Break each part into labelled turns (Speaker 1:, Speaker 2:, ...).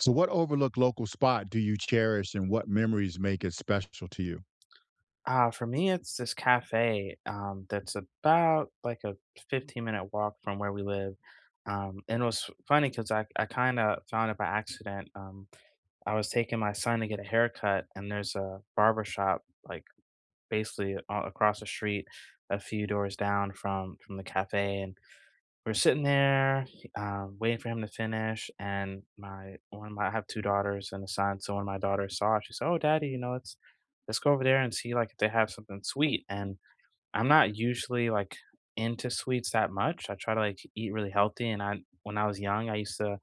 Speaker 1: So, what overlooked local spot do you cherish, and what memories make it special to you?
Speaker 2: Ah, for me, it's this cafe that's about like a 15-minute walk from where we live. And it was funny because I kind of found it by accident. I was taking my son to get a haircut, and there's a barber shop like basically across the street, a few doors down from the cafe. And we're sitting there, waiting for him to finish, and my one of my I have 2 daughters and a son, so when my daughter saw it, she said, "Oh, daddy, let's go over there and see, like, if they have something sweet," and I'm not usually like into sweets that much. I try to like eat really healthy, and I when I was young, I used to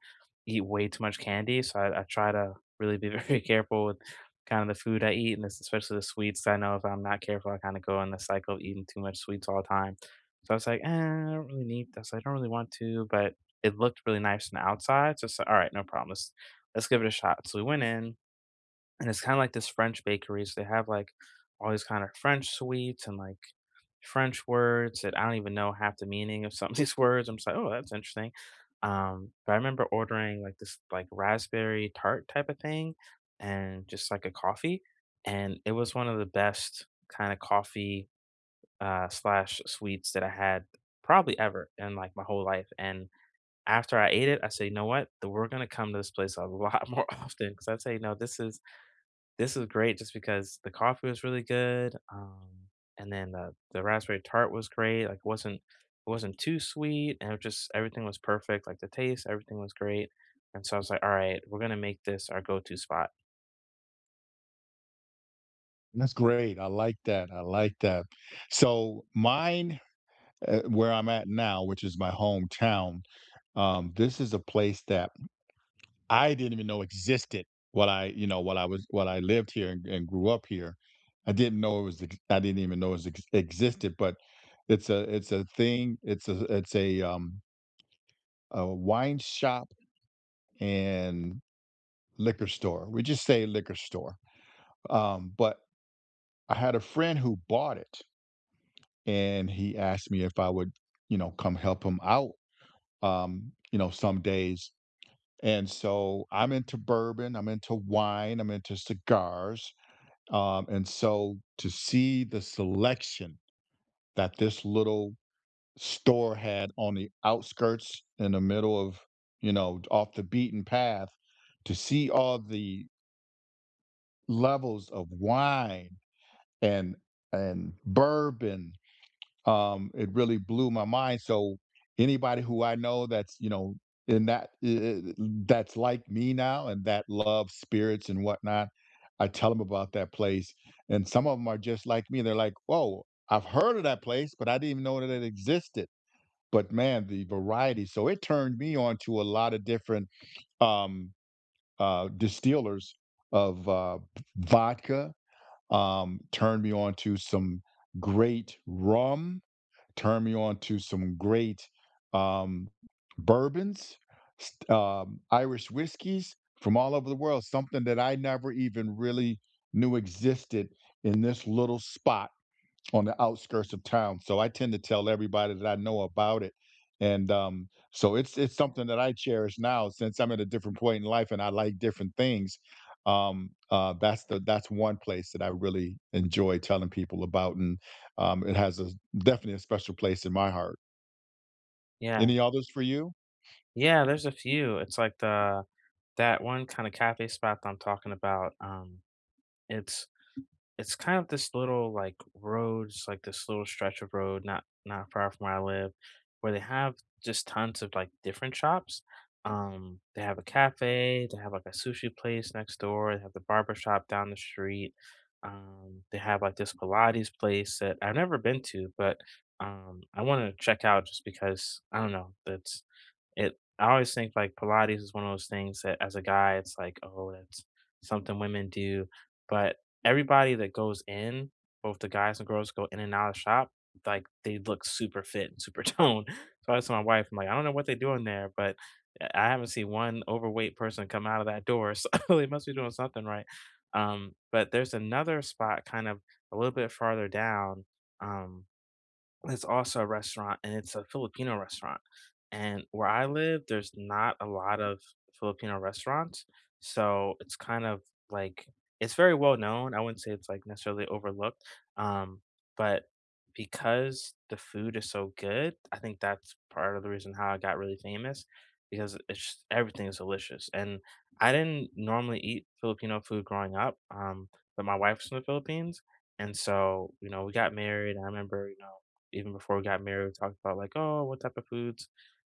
Speaker 2: eat way too much candy, so I try to really be very careful with kind of the food I eat, and this, especially the sweets. I know if I'm not careful, I kind of go in the cycle of eating too much sweets all the time. So I was like, I don't really need this. I don't really want to, but it looked really nice on the outside. So, it's like, all right, no problem. Let's give it a shot. So we went in, and it's kind of like this French bakery. So they have like all these kind of French sweets and like French words that I don't even know half the meaning of some of these words. I'm just like, oh, that's interesting. But I remember ordering like this like raspberry tart type of thing and just like a coffee, and it was one of the best kind of coffee slash sweets that I had probably ever in like my whole life. And after I ate it, I said, you know what? We're gonna come to this place a lot more often because I say, no, this is great just because the coffee was really good, and then the raspberry tart was great, like, it wasn't too sweet, and it just everything was perfect, like, the taste, everything was great, and so I was like, "Alright, we're gonna make this our go-to spot."
Speaker 1: That's great. I like that. I like that. So mine, where I'm at now, which is my hometown. This is a place that I didn't even know existed while I, you know, while I was while I lived here and grew up here. I didn't know it was. I didn't even know it was existed. But it's a thing. It's a it's a a wine shop and liquor store. We just say liquor store. But I had a friend who bought it, and he asked me if I would, you know, come help him out, you know, some days. And so I'm into bourbon, I'm into wine, I'm into cigars. And so to see the selection that this little store had on the outskirts in the middle of, you know, off the beaten path, to see all the levels of wine and bourbon, it really blew my mind. So anybody who I know that's, you know, in that that's like me now and that love spirits and whatnot, I tell them about that place, and some of them are just like me. They're like, "Whoa, I've heard of that place, but I didn't even know that it existed." But man, the variety! So it turned me on to a lot of different um, distillers of vodka. Turned me on to some great rum, turned me on to some great, um, bourbons, Irish whiskeys from all over the world, something that I never even really knew existed in this little spot on the outskirts of town. So I tend to tell everybody that I know about it. And so it's something that I cherish now since I'm at a different point in life and I like different things. That's the that's one place that I really enjoy telling people about, and it has a definitely a special place in my heart.
Speaker 2: Yeah.
Speaker 1: Any others for you?
Speaker 2: Yeah, there's a few. It's like the that one kinda cafe spot that I'm talking about, it's It's kind of this little, like, roads, like, this little stretch of road not far from where I live, where they have just tons of, like, different shops. They have a cafe, they have, like, a sushi place next door, they have the barber shop down the street. They have, like, this Pilates place that I've never been to, but, I wanna check out just because I don't know, that's it. I always think, like, Pilates is one of those things that as a guy, it's like, "Oh, that's something women do," but everybody that goes in, both the guys and girls go in and out of the shop, like, they look super fit and super toned. So I asked my wife, I'm like, "I don't know what they do in there, but I haven't seen one overweight person come out of that door, so they must be doing something right." But there's another spot kind of a little bit farther down, um, it's also a restaurant, and it's a Filipino restaurant, and where I live, there's not a lot of Filipino restaurants, so it's kind of like it's very well known, I wouldn't say it's, like, necessarily overlooked, um, but because the food is so good, I think that's part of the reason how I got really famous because it's just everything is delicious, and I didn't normally eat Filipino food growing up, but my wife's from the Philippines, and so, you know, we got married, I remember, you know, even before we got married, we talked about like, oh, what type of foods,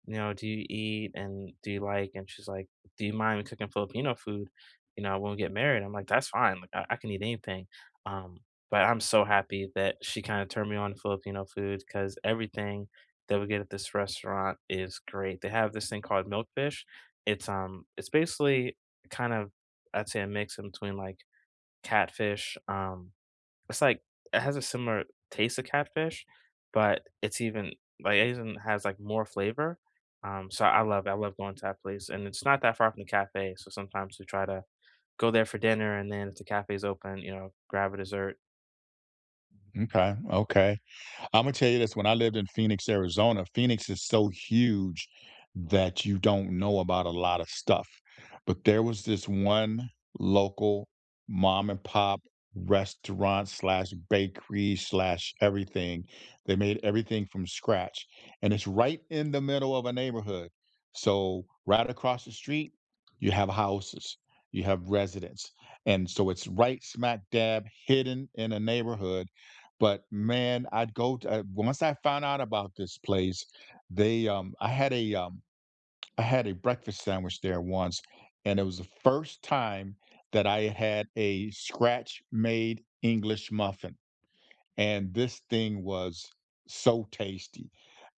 Speaker 2: you know, do you eat and do you like? And she's like, do you mind me cooking Filipino food? You know, when we get married, I'm like, that's fine. Like, I can eat anything. Um, but I'm so happy that she kind of turned me on to Filipino food because everything that we get at this restaurant is great. They have this thing called milkfish. It's basically kind of I'd say a mix in between like catfish. It's like it has a similar taste of catfish, but it's even like it even has like more flavor. So I love going to that place, and it's not that far from the cafe. So sometimes we try to go there for dinner, and then if the cafe's open, you know, grab a dessert.
Speaker 1: Okay, okay. I'm gonna tell you this: when I lived in Phoenix, Arizona, Phoenix is so huge that you don't know about a lot of stuff. But there was this one local mom and pop restaurant slash bakery slash everything. They made everything from scratch, and it's right in the middle of a neighborhood. So right across the street, you have houses, you have residents, and so it's right smack dab hidden in a neighborhood. But man, I'd go to once I found out about this place, they, I had a breakfast sandwich there once, and it was the first time that I had had a scratch-made English muffin, and this thing was so tasty.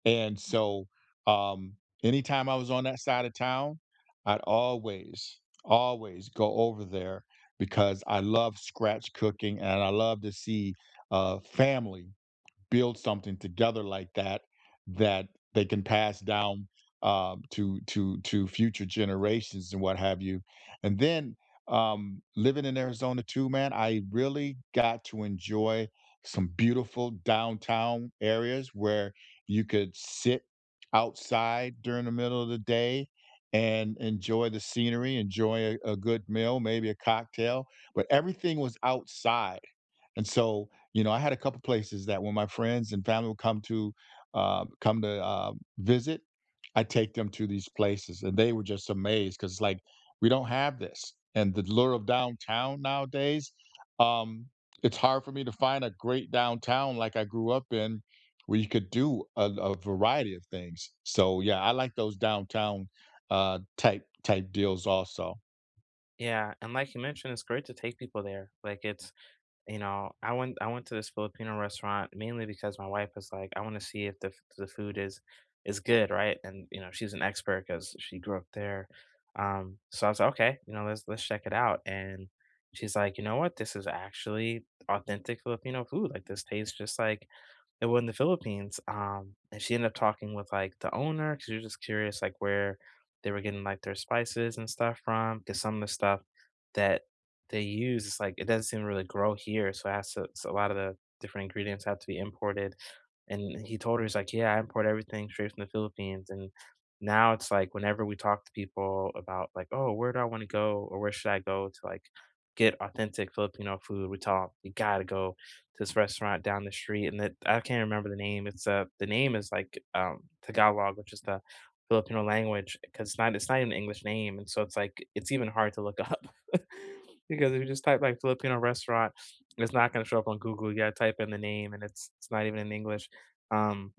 Speaker 1: And so, um, anytime I was on that side of town, I'd always go over there because I love scratch cooking and I love to see family build something together like that that they can pass down, to to future generations and what have you. And then living in Arizona too, man, I really got to enjoy some beautiful downtown areas where you could sit outside during the middle of the day and enjoy the scenery, enjoy a good meal, maybe a cocktail, but everything was outside. And so, you know, I had a couple places that when my friends and family would come to uh, come to uh, visit, I take them to these places, and they were just amazed because it's like we don't have this, and the lure of downtown nowadays, um, it's hard for me to find a great downtown like I grew up in, where you could do a variety of things. So yeah, I like those downtown type type deals also.
Speaker 2: Yeah, and like you mentioned, it's great to take people there. Like it's, you know, I went to this Filipino restaurant mainly because my wife was like, "I wanna see if the food is good," right? And, you know, she's an expert because she grew up there. So I was like, "Okay, you know, let's check it out," and she's like, "You know what? This is actually authentic Filipino food, like, this tastes just like it was in the Philippines," and she ended up talking with, like, the owner because she was just curious, like, where they were getting, like, their spices and stuff from. Because some of the stuff that they use, it's like, it doesn't seem to really grow here, so it has to so a lot of the different ingredients have to be imported. And he told her, he's like, "Yeah, I import everything straight from the Philippines." And now it's like whenever we talk to people about like, "Oh, where do I want to go or where should I go to like get authentic Filipino food?" We tell 'em, "You gotta go to this restaurant down the street." And that I can't remember the name. It's the name is like Tagalog, which is the Filipino language, because it's not even an English name, and so it's like it's even hard to look up because if you just type like Filipino restaurant, it's not gonna show up on Google. You gotta type in the name, and it's not even in English. Um,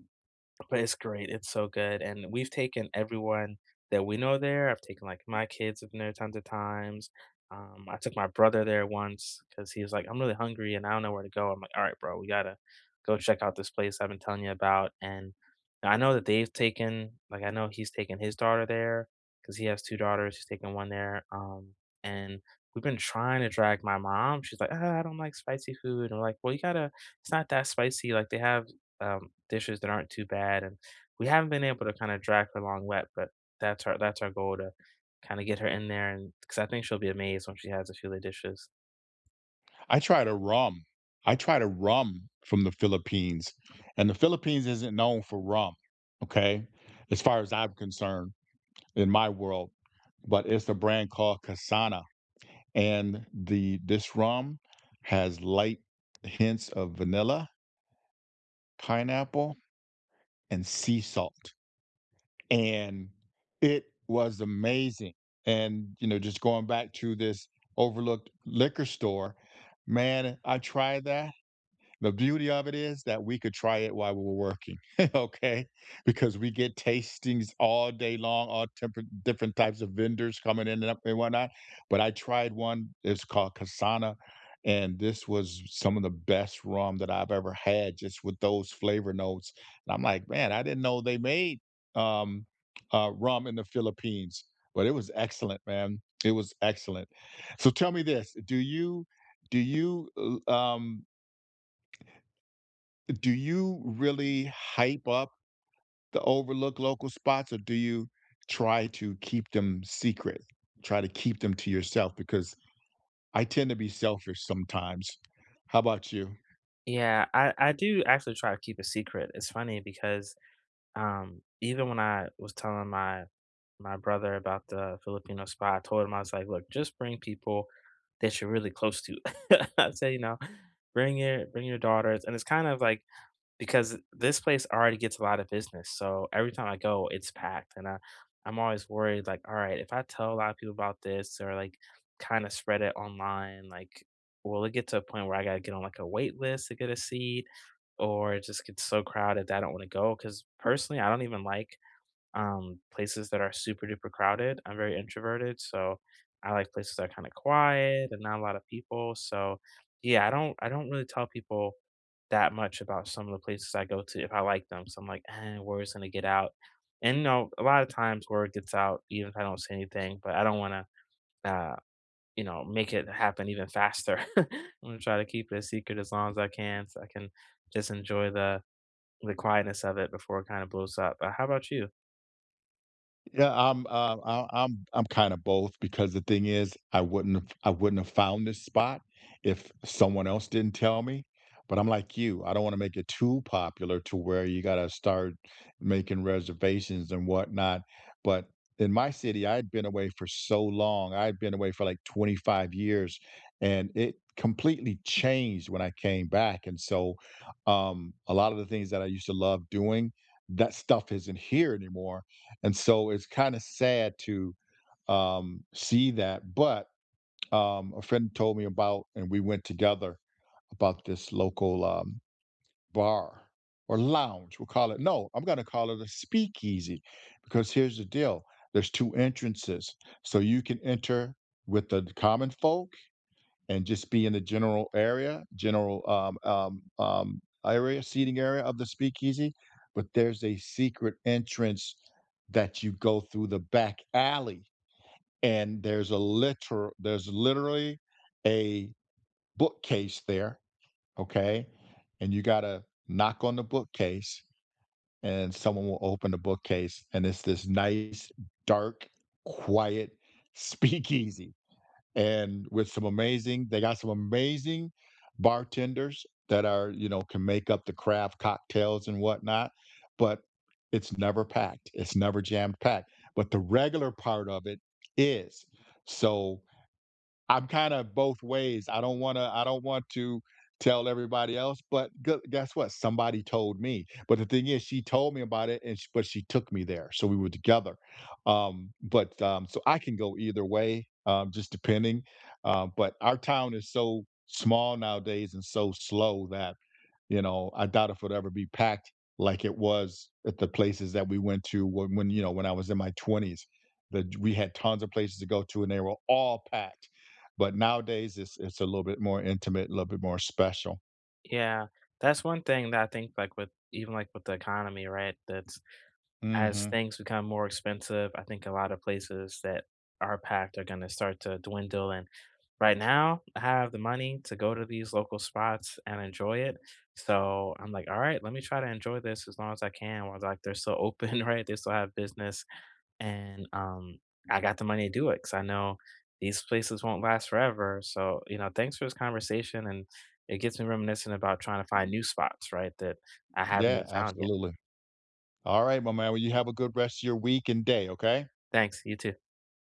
Speaker 2: but it's great, it's so good, and we've taken everyone that we know there. I've taken, like, my kids have been there tons of times. I took my brother there once because he was like, "I'm really hungry and I don't know where to go." I'm like, "Alright, bro, we gotta go check out this place I've been telling you about," and I know that they've taken like, I know he's taken his daughter there because he has 2 daughters, he's taken one there, and we've been trying to drag my mom. She's like, "Ah, I don't like spicy food." And we're like, "Well, you gotta it's not that spicy, like, they have" dishes that aren't too bad, and we haven't been able to kind of drag her along wet, but that's our goal to kind of get her in there, and because I think she'll be amazed when she has a few of the dishes.
Speaker 1: I tried a rum. I tried a rum from the Philippines, and the Philippines isn't known for rum, okay? As far as I'm concerned, in my world, but it's a brand called Casana, and the this rum has light hints of vanilla, pineapple, and sea salt, and it was amazing. And you know, just going back to this overlooked liquor store, man, I tried that. The beauty of it is that we could try it while we were working, okay? Because we get tastings all day long, all temper different types of vendors coming in and up and whatnot. But I tried one, it's called Kasana, and this was some of the best rum that I've ever had, just with those flavor notes. And I'm like, man, I didn't know they made um, rum in the Philippines, but it was excellent, man. It was excellent. So tell me this: do you do you l- um do you really hype up the overlooked local spots, or do you try to keep them secret? Try to keep them to yourself because I tend to be selfish sometimes. How about you?
Speaker 2: Yeah, I do actually try to keep a secret. It's funny because even when I was telling my brother about the Filipino spot, I told him I was like, look, just bring people that you're really close to. I said, you know, bring your daughters, and it's kind of like. Because this place already gets a lot of business, so every time I go, it's packed, and I'm always worried, like, "All right, if I tell a lot of people about this or, like, kinda spread it online, like, will it get to a point where I gotta get on, like, a wait list to get a seat, or it just gets so crowded that I don't wanna go?" Because personally, I don't even like places that are super duper crowded. I'm very introverted, so I like places that are kind of quiet and not a lot of people. So yeah, I don't really tell people that much about some of the places I go to if I like them. So I'm like, eh, word's gonna get out. And you know, a lot of times word gets out even if I don't say anything, but I don't wanna uh, you know, make it happen even faster. I'm gonna try to keep it a secret as long as I can so I can just enjoy the quietness of it before it kind of blows up. But how about you?
Speaker 1: Yeah, I'm I'm kind of both because the thing is I wouldn't have found this spot if someone else didn't tell me. But I'm like you, I don't want to make it too popular to where you got to start making reservations and whatnot. But in my city, I'd been away for so long. I'd been away for like 25 years, and it completely changed when I came back. And so, a lot of the things that I used to love doing, that stuff isn't here anymore, and so it's kind of sad to, see that. But a friend told me about, and we went together, about this local bar or lounge. We'll call it, no, I'm going to call it a speakeasy, because here's the deal: there's two entrances. So you can enter with the common folk and just be in the general area, seating area of the speakeasy. But there's a secret entrance that you go through the back alley, and there's a literal, there's literally a bookcase there. Okay, and you gotta knock on the bookcase, and someone will open the bookcase, and it's this nice, dark, quiet speakeasy, and with some amazing, they got some amazing bartenders that are, you know, can make up the craft cocktails and whatnot. But it's never packed, it's never jam packed, but the regular part of it is. So I'm kind of both ways. I don't want to I don't want to tell everybody else, but gu guess what? Somebody told me. But the thing is she told me about it and sh but she took me there, so we were together. But, so I can go either way, just depending, but our town is so small nowadays and so slow that you know, I doubt if it'll ever be packed like it was at the places that we went to when, you know, when I was in my 20s. That we had tons of places to go to and they were all packed. But nowadays it's a little bit more intimate, a little bit more special.
Speaker 2: Yeah, that's one thing that I think, like, with even, like, with the economy, right? That's as
Speaker 1: Mhm.
Speaker 2: things become more expensive, I think a lot of places that are packed are gonna start to dwindle, and right now, I have the money to go to these local spots and enjoy it, so I'm like, "Alright, let me try to enjoy this as long as I can while, like, they're still open," right? They still have business. And, I got the money to do it because I know these places won't last forever. So, you know, thanks for this conversation, and it gets me reminiscent about trying to find new spots, right, that I haven't
Speaker 1: Yeah,
Speaker 2: even found yet.
Speaker 1: absolutely. All right, my man. Well, you have a good rest of your week and day, okay?
Speaker 2: Thanks. You too.